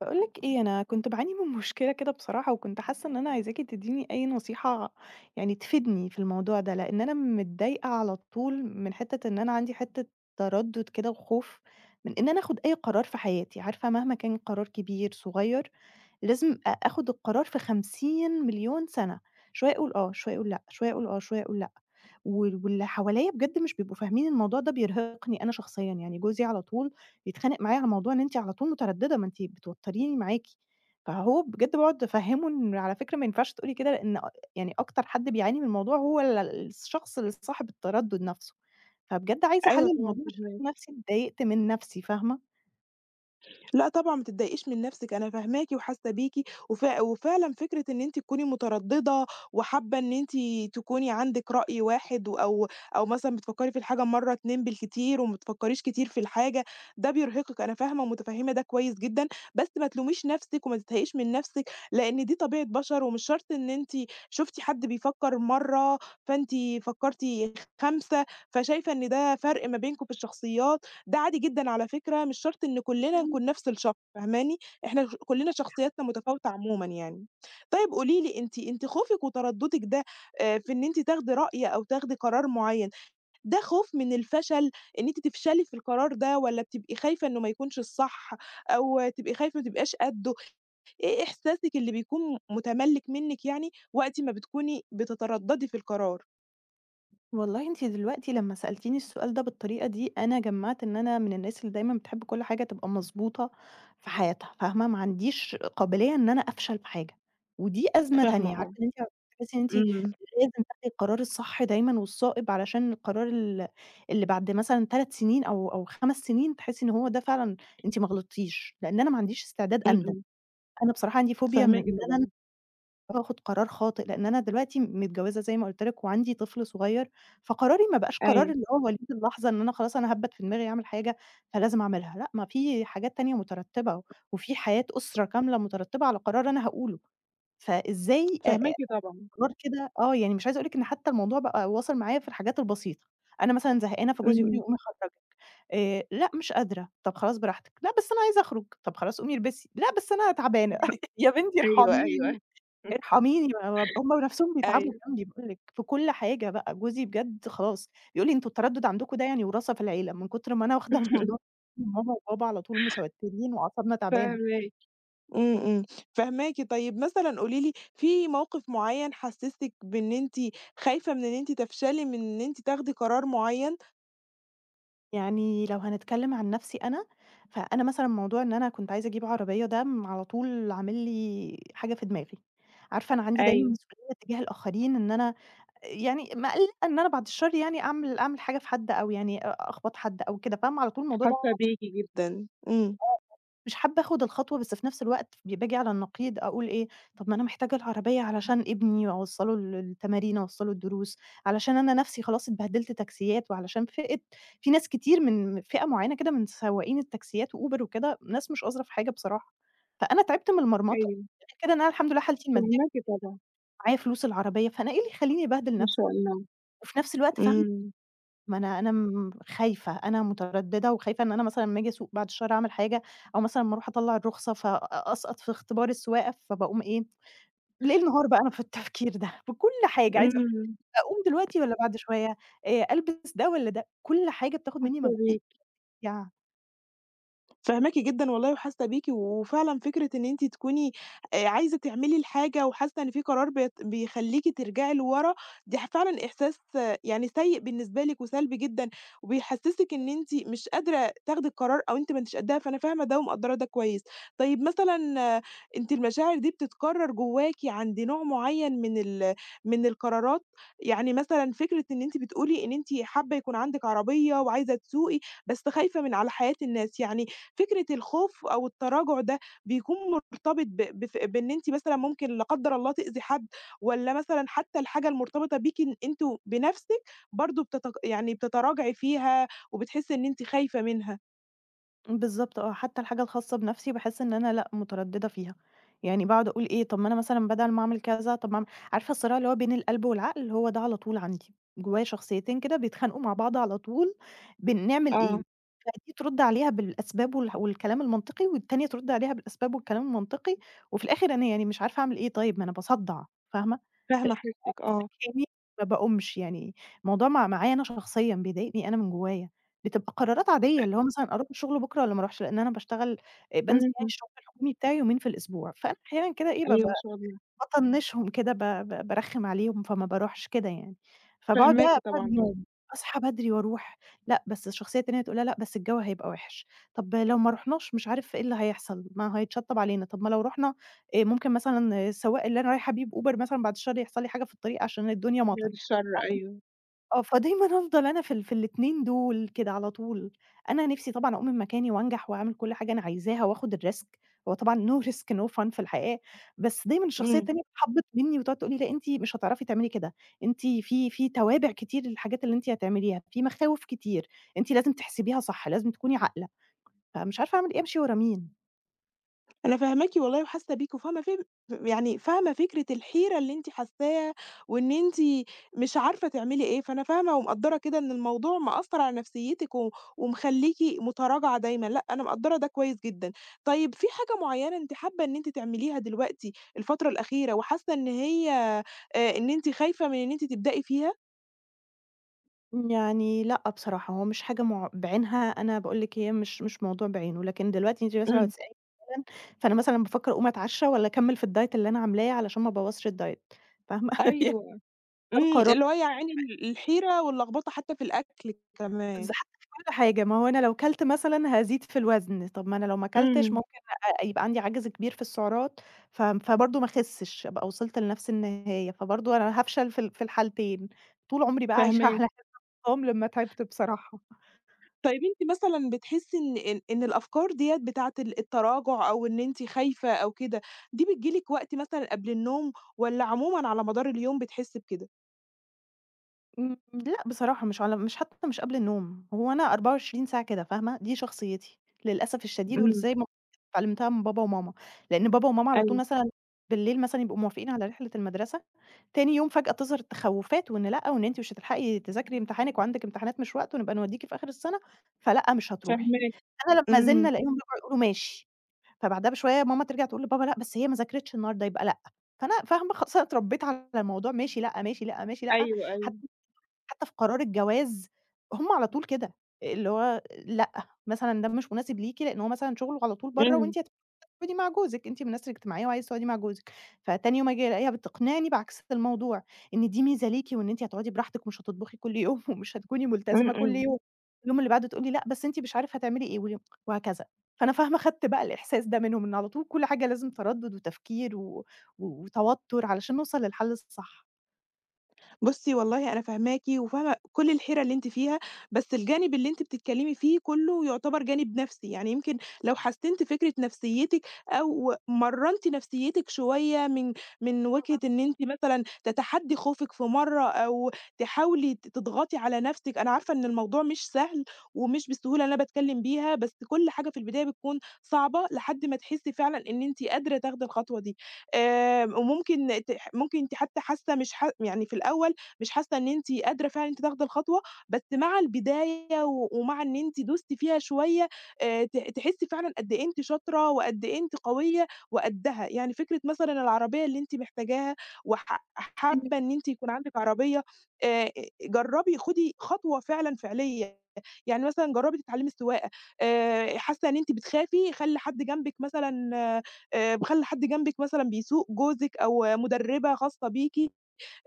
باقول لِك إيه، أنا كنت باعاني من مشكلة كده بصراحة، وكنت حاسة إن أنا عايزاكِ تدّيني أي نصيحة يعني تفيدني في الموضوع ده، لإن أنا متضايقة على طول من حتّة إن أنا عندي حتّة تردُّد كده وخوف من إن أنا آخُد أي قرار في حياتي، عارفة مهما كان قرار كبير، صغير لازم آخُد القرار في 50.000.000 سَنة، شوية أقول آه، شوية أقول لأ، شوية أقول آه، شوية أقول لأ، واللي حواليّا بجد مش بيبقوا فاهمين الموضوع ده بيرهقني أنا شخصيًا، يعني جوزي على طول بيتخانق معايا على موضوع إن أنتِ على طول مترددة، ما أنتِ بتوتّريني معاكِ، فهو بجد باقعد أفهّمه إن على فكرة ما ينفعش تقولي كده، لإن يعني أكتر حد بيعاني من الموضوع هو الشخص اللي صاحب التردد نَفْسه، فبجد عايزة أحلّل أيوه طبعًا الموضوع عشان فاهماكِ. ألاقي نَفْسي اتضايقت من نَفْسي، فاهمة؟ لأ طبعًا ما تتضايقيش من نَفْسِك، أنا فاهماكِ وحاسة بيكِ، وفعلًا فكرة إن أنتِ تكوني متردّدة وحابة إن أنتِ تكوني عندِك رأي واحد أو مثلًا بتفكّري في الحاجة مرّة 2 بالكتير وما بتفكّريش كتير في الحاجة، ده بيرهقِك، أنا فاهمة ومتفهّمة ده كويس جدًا، بس ما تلوميش نَفْسِك وما تتضايقيش من نَفْسِك، لإن دي طبيعة بشر ومش شرط إن أنتِ شُفتِ حد بيفكّر مرّة، فأنتِ فكّرتِ 5، فشايفة إن ده فرْق ما بينكم في الشخصيات، ده عادي جدًا على فكرة، مش شرط إن كلّنا نكون نفس الشخص، فاهماني؟ إحنا كلّنا شخصياتنا متفاوتة عمومًا يعني. طيب قولي لي أنتِ خوفِك وتردُّدِك ده في إن أنتِ تاخدي رأي أو تاخدي قرار معيّن، ده خوف من الفشل، إن أنتِ تفشلي في القرار ده والّا بتبقي خايفة إنه ما يكونش الصح أو تبقي خايفة ما تبقاش قدّه؟ إيه إحساسِك اللي بيكون متملِّك منِّك يعني وقت ما بتكوني بتتردّدي في القرار؟ والله أنتِ دلوقتي لمّا سألتيني السؤال ده بالطريقة دي، أنا جمّعت إن أنا من الناس اللي دايمًا بتحب كل حاجة تبقى مضبوطة في حياتها، فاهمة، ما عنديش قابلية إن أنا أفشل في حاجة، ودي أزمة فاهمة تانية، آه. عارفة إن أنتِ بتحسي إن أنتِ إمم. لازم تاخدي القرار الصح دايمًا والصائب علشان القرار اللي بعد مثلًا 3 سنين أو 5 سنين تحسي إن هو ده فعلًا أنتِ ما غلطتيش، لإن أنا ما عنديش استعداد إمم، أندم، إمم. أنا بصراحة عندي فوبيا من فاهماكِ إن أنا طبعًا. باخد قرار خاطئ، لإن أنا دلوقتي متجوّزة زي ما قُلت لك وعندي طفل صغير، فقراري ما بقاش قرار أيوه. اللي هو وليد اللحظة إن أنا خلاص أنا هابّت في دماغي أعمل حاجة فلازم أعملها، لأ، ما في حاجات تانية مترتّبة، وفي حياة أسرة كاملة مترتّبة على قرار أنا هاقوله، فإزاي أ أ فاهماكِ طبعًا. قرار كده آه، يعني مش عايزة أقول لِك إن حتى الموضوع بقى واصل معايا في الحاجات البسيطة، أنا مثلًا زهقانة فجوزي يقول لي إمم. قومي أخرّجِك، لأ، مش قادرة، طَب خلاص براحتك، لأ، بس أنا عايزة أخرج، طَب خلاص قومي البسي، لأ، بس أنا تعبانة، يا بنتي أيوه، ارحميني. أيوه. ارحميني بقى هم نفسهم بيتعبوا أيوه. جنبي باقول لِك، في كل حاجة بقى، جوزي بجد خلاص بيقول لي: "أنتم التردد عندكم ده يعني وراثة في العيلة." من كتر ما أنا واخدة الموضوع ماما وبابا على طول متوترين وأعصابنا تعبانة. فاهماكِ. إمم، إمم. فاهماكِ. طيب مثلًا قولي لي في موقف معيّن حسّسِك بإن أنتِ خايفة من إن أنتِ تفشلي، من إن أنتِ تاخدي قرار معيّن؟ يعني لو هنتكلم عن نفسي أنا، فأنا مثلًا موضوع إن أنا كنت عايزة أجيب عربية ده على طول عامل لي حاجة في دماغي. عارفة أنا عندي دايمًا أيوه. مسؤولية تجاه الآخرين إن أنا يعني مقلقة إن أنا بعد الشر يعني أعمل حاجة في حد أو يعني أخبط حد أو كده، فاهمة، على طول الموضوع ده حاسة بيكِ جدًا. إمم. مش حابة آخُد الخطوة، بس في نفس الوقت باجي على النقيض أقول إيه، طَب ما أنا محتاجة العربية علشان ابني أوصّله التمارين، أوصّله الدروس، علشان أنا نَفْسي خلاص اتبهدلت تاكسيات، وعلشان فئة في ناس كتير من فئة معيّنة كده من سواقين التاكسيات وUber وكده، ناس مش أظرف حاجة بصراحة. فأنا تعبت من المرمطة، أيوه. غير كده إن أنا الحمد لله حالتي المادية فاهماكِ طبعًا. معايا فلوس العربية، فأنا إيه اللي يخلّيني أبهدل ما نَفْسي؟ شاء الله. وفي نفس الوقت فاهمة إمم. ما أنا خايفة، أنا مترددة وخايفة إن أنا مثلًا أمّا آجي أسوق بعد الشر أعمل حاجة، أو مثلًا أمّا أروح أطلّع الرخصة فأسقط في اختبار السواقة، فباقوم إيه، ليل نهار بقى أنا في التفكير ده، في كل حاجة عايزة أقول إمم. لك أقوم دلوقتي والّا بعد شوية، ألبس ده والّا ده، كل حاجة بتاخد منّي حاسة مجهود بيكِ. يع فاهماكِ جدًا والله وحاسة بيكِ، وفعلًا فكرة إن أنتِ تكوني عايزة تعملي الحاجة وحاسة إن في قرار بيت بيخلّيكِ ترجعي لورا، دي فعلًا إحساس آه، يعني سيء بالنسبة لِك وسلبي جدًا، وبيحسّسِك إن أنتِ مش قادرة تاخدي القرار أو أنتِ ما أنتيش قدّها، فأنا فاهمة ده ومقدّرة ده كويس. طيب مثلًا آه، أنتِ المشاعر دي بتتكرر جواكِ عند نوع معيّن من من القرارات؟ يعني مثلًا فكرة إن أنتِ بتقولي إن أنتِ حابة يكون عندِك عربية وعايزة تسوقي، بس خايفة من على حياة الناس، يعني فكرة الخوف أو التراجع ده بيكون مرتبط ب بف بإن أنتِ مثلًا ممكن لا قدّر الله تأذي حد، والّا مثلًا حتى الحاجة المرتبطة بيكِ إن أنتِ بنفسِك برضه يعني بتتراجعي فيها وبتحسّي إن أنتِ خايفة منها؟ بالضبط آه، حتى الحاجة الخاصة بنَفْسي باحس إن أنا لأ، متردّدة فيها، يعني باقعد أقول إيه، طَب ما أنا مثلًا بدل ما أعمل كذا، طَب ما أعمل عارفة الصراع اللي هو بين القلب والعقل، هو ده على طول عندي، جوايا شخصيتين كده بيتخانقوا مع بعض على طول، بنعمل آه. إيه، فدي ترُد عليها بالأسباب والح والكلام المنطقي، والتانية ترُد عليها بالأسباب والكلام المنطقي، وفي الآخر أنا يعني مش عارفة أعمل إيه طيب، ما أنا باصدّع، فاهمة؟ فاهمة حيرتِك، آه. كإني ما باقومش، يعني الموضوع معايا أنا شخصيًا بيضايقني أنا من جوايا، بتبقى قرارات عادية، اللي هو مثلًا أروح الشغل بكرة والّا ما أروحش، لإن أنا باشتغل بانزل يعني إمم. الشغل الحكومي بتاعي يومين في الأسبوع، فأنا أحيانًا كده إيه أيوه ما شاء الله. باطنّشهم كده، ب ب بارخّم عليهم، فما باروحش كده يعني. فباقعد فاهماكِ بقى طبعًا، باقعد إمم. يوم، أصحى بدري وأروح، لأ، بس الشخصية التانية تقول لها: "لأ، بس الجو هيبقى وِحِش، طب لو ما رُحناش مش عارف إيه اللي هيحصل، ما هيتشطّب علينا، طب ما لو رُحنا ممكن مثلًا السواق اللي أنا رايحة بيه بUber مثلًا بعد الشر يحصل لي حاجة في الطريق عشان الدنيا مطر." بعد الشر أيوه. آه، فدايمًا أفضل أنا في الاتنين دول كده على طول. أنا نِفْسي طبعًا أقوم من مكاني وأنجح وأعمل كل حاجة أنا عايزاها وآخُد الrisk، هو طبعًا no risk no fun في الحياة، بس دايمًا الشخصية إمم. التانية بتحبِّط منّي وتقعد تقول لي: "لأ، أنتِ مش هتعرفي تعملي كده، أنتِ في توابع كتير للحاجات اللي أنتِ هتعمليها، في مخاوف كتير، أنتِ لازم تحسبيها صح، لازم تكوني عاقلة." فمش عارفة أعمل إيه، أمشي ورا مين. أنا فاهماكِ والله وحاسة بيكِ وفاهمة يعني فاهمة فكرة الحيرة اللي أنتِ حاساها، وإن أنتِ مش عارفة تعملي إيه، فأنا فاهمة ومقدّرة كده إن الموضوع مأثّر على نفسيتِك ومخلّيكِ متراجعة دايمًا، لأ أنا مقدّرة ده كويس جدًا. طيب في حاجة معيّنة أنتِ حابة إن أنتِ تعمليها دلوقتي الفترة الأخيرة وحاسة إن هي إن أنتِ خايفة من إن أنتِ تبدئي فيها؟ يعني لأ بصراحة، هو مش حاجة مع بعينها، أنا باقول لِك هي مش موضوع بعينه، لكن دلوقتي أنتِ مثلًا لو إمم، هتسأليني مثلًا، فأنا مثلًا بافكّر أقوم أتعشّى والّا أكمّل في الdiet اللي أنا عاملاه علشان ما أبوّظش الdiet فاهمة؟ يعني أيوه. ده إمم، القرار اللي هو يعني الحيرة واللخبطة حتى في الأكل كمان. بالض حتى في كل حاجة، ما هو أنا لو كلت مثلًا هازيد في الوزن، طَب ما أنا لو ما كلتش إمم، ممكن يبقى عندي عَجْز كبير في السعرات فبرضه ما أخسّش، أبقى وصلت لنفس النهاية، فبرضه أنا هافشل في الحالتين، طول عمري بقى عايشة على فاهماكِ. حِفظ الأرقام لمّا تعبت بصراحة. طيب أنتِ مثلًا بتحسّي إن الأفكار ديّة بتاعة التراجع أو إن أنتِ خايفة أو كده، دي بتيجي لِك وقت مثلًا قبل النوم والّا عمومًا على مدار اليوم بتحسّي بكده؟ لأ بصراحة مش على مش حتى مش قبل النوم، هو أنا 24 ساعة كده فاهمة، دي شخصيتي للأسف الشديد إمم، وإزاي ما اتعلمتها من بابا وماما، لإن بابا وماما على طول أيوه، مثلًا بالليل مثلًا يبقوا موافقين على رحلة المدرسة، تاني يوم فجأة تظهر التخوّفات وإن لأ، وإن أنتِ مش هتلحقي تذاكري امتحانِك وعندِك امتحانات مش وقت ونبقى نوديكِ في آخر السنة، فلأ مش هتروحي. فاهماك، أنا لمّا زِنّة إمم، ألاقيهم رجعوا يقولوا ماشي، فبعدها بشوية ماما ترجع تقول لبابا لأ بس هي ما ذاكرتش النهارده يبقى لأ، فأنا فاهمة خلاص أنا اتربيت على الموضوع ماشي لأ، ماشي لأ، ماشي لأ، أيوه، أيوه، حتى حتى في قرار الجواز هم على طول كده، اللي هو لأ، مثلًا ده مش مناسب ليكِ لإن هو مثلًا شغله على طول برّه إمم، وأنتِ هتقعدي مع جوزِك، أنتِ من الناس الاجتماعية وعايزة تقعدي مع جوزِك، فتاني يوم آجي ألاقيها بتقنعني بعكس الموضوع، إن دي ميزة ليكِ وإن أنتِ هتقعدي براحتك ومش هتطبخي كل يوم ومش هتكوني إمم، ملتزمة كل إمم. يوم، اليوم اللي بعده تقول لي لأ، بس أنتِ مش عارفة هتعملي إيه واليوم وهكذا. فأنا فاهمة خدت بقى الإحساس ده منهم، إن على طول كل حاجة لازم تردُّد وتفكير و و- وتوتر علشان نوصل للحل بُصّي، والله أنا فاهماكِ وفاهمة كل الحيرة اللي أنتِ فيها، بس الجانب اللي أنتِ بتتكلمي فيه كلّه يعتبر جانب نَفْسي، يعني يمكن لو حسّنتِ فكرة نفسيتِك أو مرّنتِ نفسيتِك شوية من وجهة إن أنتِ مثلًا تتحدّي خوفِك في مرّة أو تحاولي تضغطي على نَفْسِك، أنا عارفة إن الموضوع مش سهل ومش بالسهولة اللي أنا باتكلّم بيها، بس كل حاجة في البداية بتكون صعبة لحد ما تحسّي فعلًا إن أنتِ قادرة تاخدي الخطوة دي. وممكن ممكن أنتِ حتى حاسّة مش يعني في الأول مش حاسة إن أنتِ قادرة فعلًا إن أنتِ تاخدي الخطوة، بس مع البداية ومع إن أنتِ دوستِ فيها شوية ت تحسي فعلًا قد إيه أنتِ شاطرة وقد إيه أنتِ قوية وقدّها، يعني فكرة مثلًا العربية اللي أنتِ محتاجاها وح الصح. حابة إن أنتِ يكون عندِك عربية، آآ جرّبي خدي خطوة فعلًا فعلية، يعني مثلًا جرّبي تتعلمي السواقة، حاسة إن أنتِ بتخافي خلّي حد جنبِك مثلًا خلّي حد جنبِك مثلًا بيسوق، جوزِك أو مدربة خاصة بيكِ،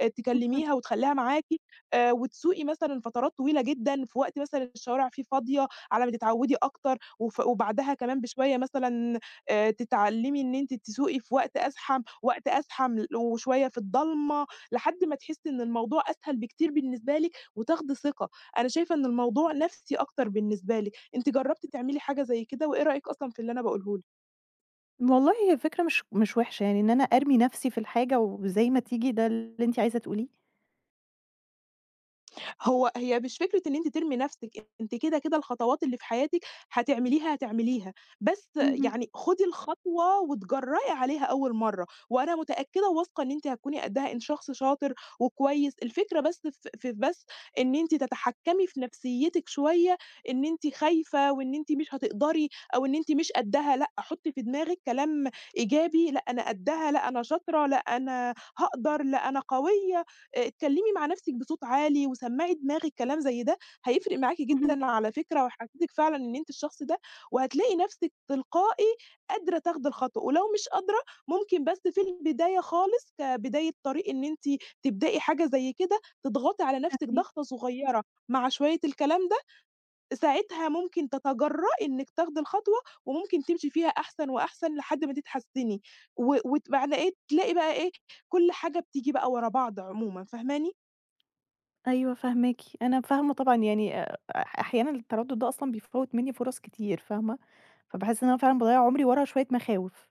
تكلميها وتخلّيها معاكِ، وتسوقي مثلًا فترات طويلة جدًا في وقت مثلًا الشوارع فيه فاضية، على ما تتعودي أكتر، وبعدها كمان بشوية مثلًا تتعلمي إن أنتِ تسوقي في وقت أزحم، وقت أزحم وشوية في الضلمة، لحد ما تحسي إن الموضوع أسهل بكتير بالنسبة لِك وتاخدي ثقة. أنا شايفة إن الموضوع نَفْسي أكتر بالنسبة لِك. أنتِ جرّبتِ تعملي حاجة زي كده وإيه رأيِك أصلًا في اللي أنا باقوله لِك؟ والله هي فكرة مش وحشة، يعني إن أنا أرمي نفسي في الحاجة وزي ما تيجي ده اللي أنتِ عايزة تقوليه؟ هي مش فكرة إن أنتِ ترمي نفسِك، أنتِ كده، كده الخطوات اللي في حياتِك هتعمليها، هتعمليها، بس اهم، يعني خدي الخطوة واتجرأي عليها أول مرّة، وأنا متأكدة وواثقة إن أنتِ هتكوني قدّها، أنتِ شخص شاطر وكويس، الفكرة بس في بس إن أنتِ تتحكمي في نفسيتِك شوية، إن أنتِ خايفة وإن أنتِ مش هتقدري أو إن أنتِ مش قدّها، لأ، حطّي في دماغِك كلام إيجابي، لأ أنا قدّها، لأ أنا شاطرة، لأ أنا هاقدر، لأ أنا قوية. اتكلمي مع نفسِك بصوت عالي وسمّعي دماغِك كلام زي ده، هيفرق معاكِ اهم، جدًا على فكرة وهيحسسِك فعلًا إن أنتِ الشخص ده، وهتلاقي نفسِك تلقائي قادرة تاخدي الخطوة، ولو مش قادرة ممكن بس في البداية خالص كبداية طريق إن أنتِ تبدئي حاجة زي كده، تضغطي على نفسِك فاهماكِ، ضغطة صغيرة مع شوية الكلام ده، ساعتها ممكن تتجرئي إنِك تاخدي الخطوة وممكن تمشي فيها أحسن وأحسن لحد ما تتحسني، و وت معنى إيه تلاقي بقى إيه كل حاجة بتيجي بقى ورا بعض عمومًا، فاهماني؟ أيوه فاهماكِ، أنا فاهمة طبعًا يعني أحيانًا التردد ده أصلًا بيفوّت مني فرص كتير، فاهمة؟ فباحس إن أنا فعلًا باضيّع عمري ورا شوية مخاوف.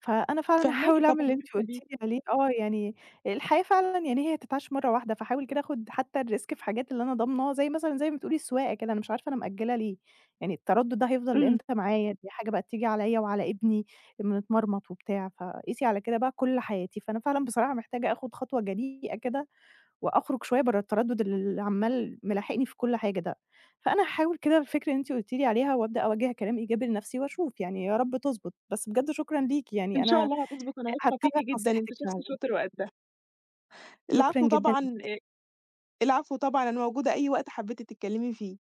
فأنا فعلًا فاهماكِ هاحاول أعمل طبعًا اللي أنتِ وحاسة قُلتِ بيكِ، لي عليه آه، يعني الحياة فعلًا يعني هي تتعاش مرّة واحدة، فاحاول كده آخُد حتى الrisk في حاجات اللي أنا ضامناها، زي مثلًا زي ما بتقولي السواقة كده، أنا مش عارفة أنا مأجّلة ليه، يعني التردُّد ده هيفضل إمم، إمتى معايا، دي حاجة بقى تيجي عليّا وعلى ابني بنتمرمط وبتاع، فقيسي على كده بقى كل حياتي، فأنا فعلًا بصراحة محتاجة آخُد خطوة جريئة كده وأخرج شوية برّه التردد اللي عمّال ملاحقني في كل حاجة ده. فأنا هاحاول كده الفكرة اللي أنتِ قلتِ لي عليها وأبدأ أوجّه كلام إيجابي لنفسي وأشوف يعني يا رب تضبط، بس بجد شكرًا ليكِ إن يعني شاء أنا الله هتضبط أنا واثقة هاتّبع فيكِ جدًا، أنتِ نصيحتِك شخص فعلًا، شاطر وقدّها. العفو شكرًا جدًا طبعًا، العفو طبعًا، أنا موجودة أي وقت حبيتِ تتكلمي فيه.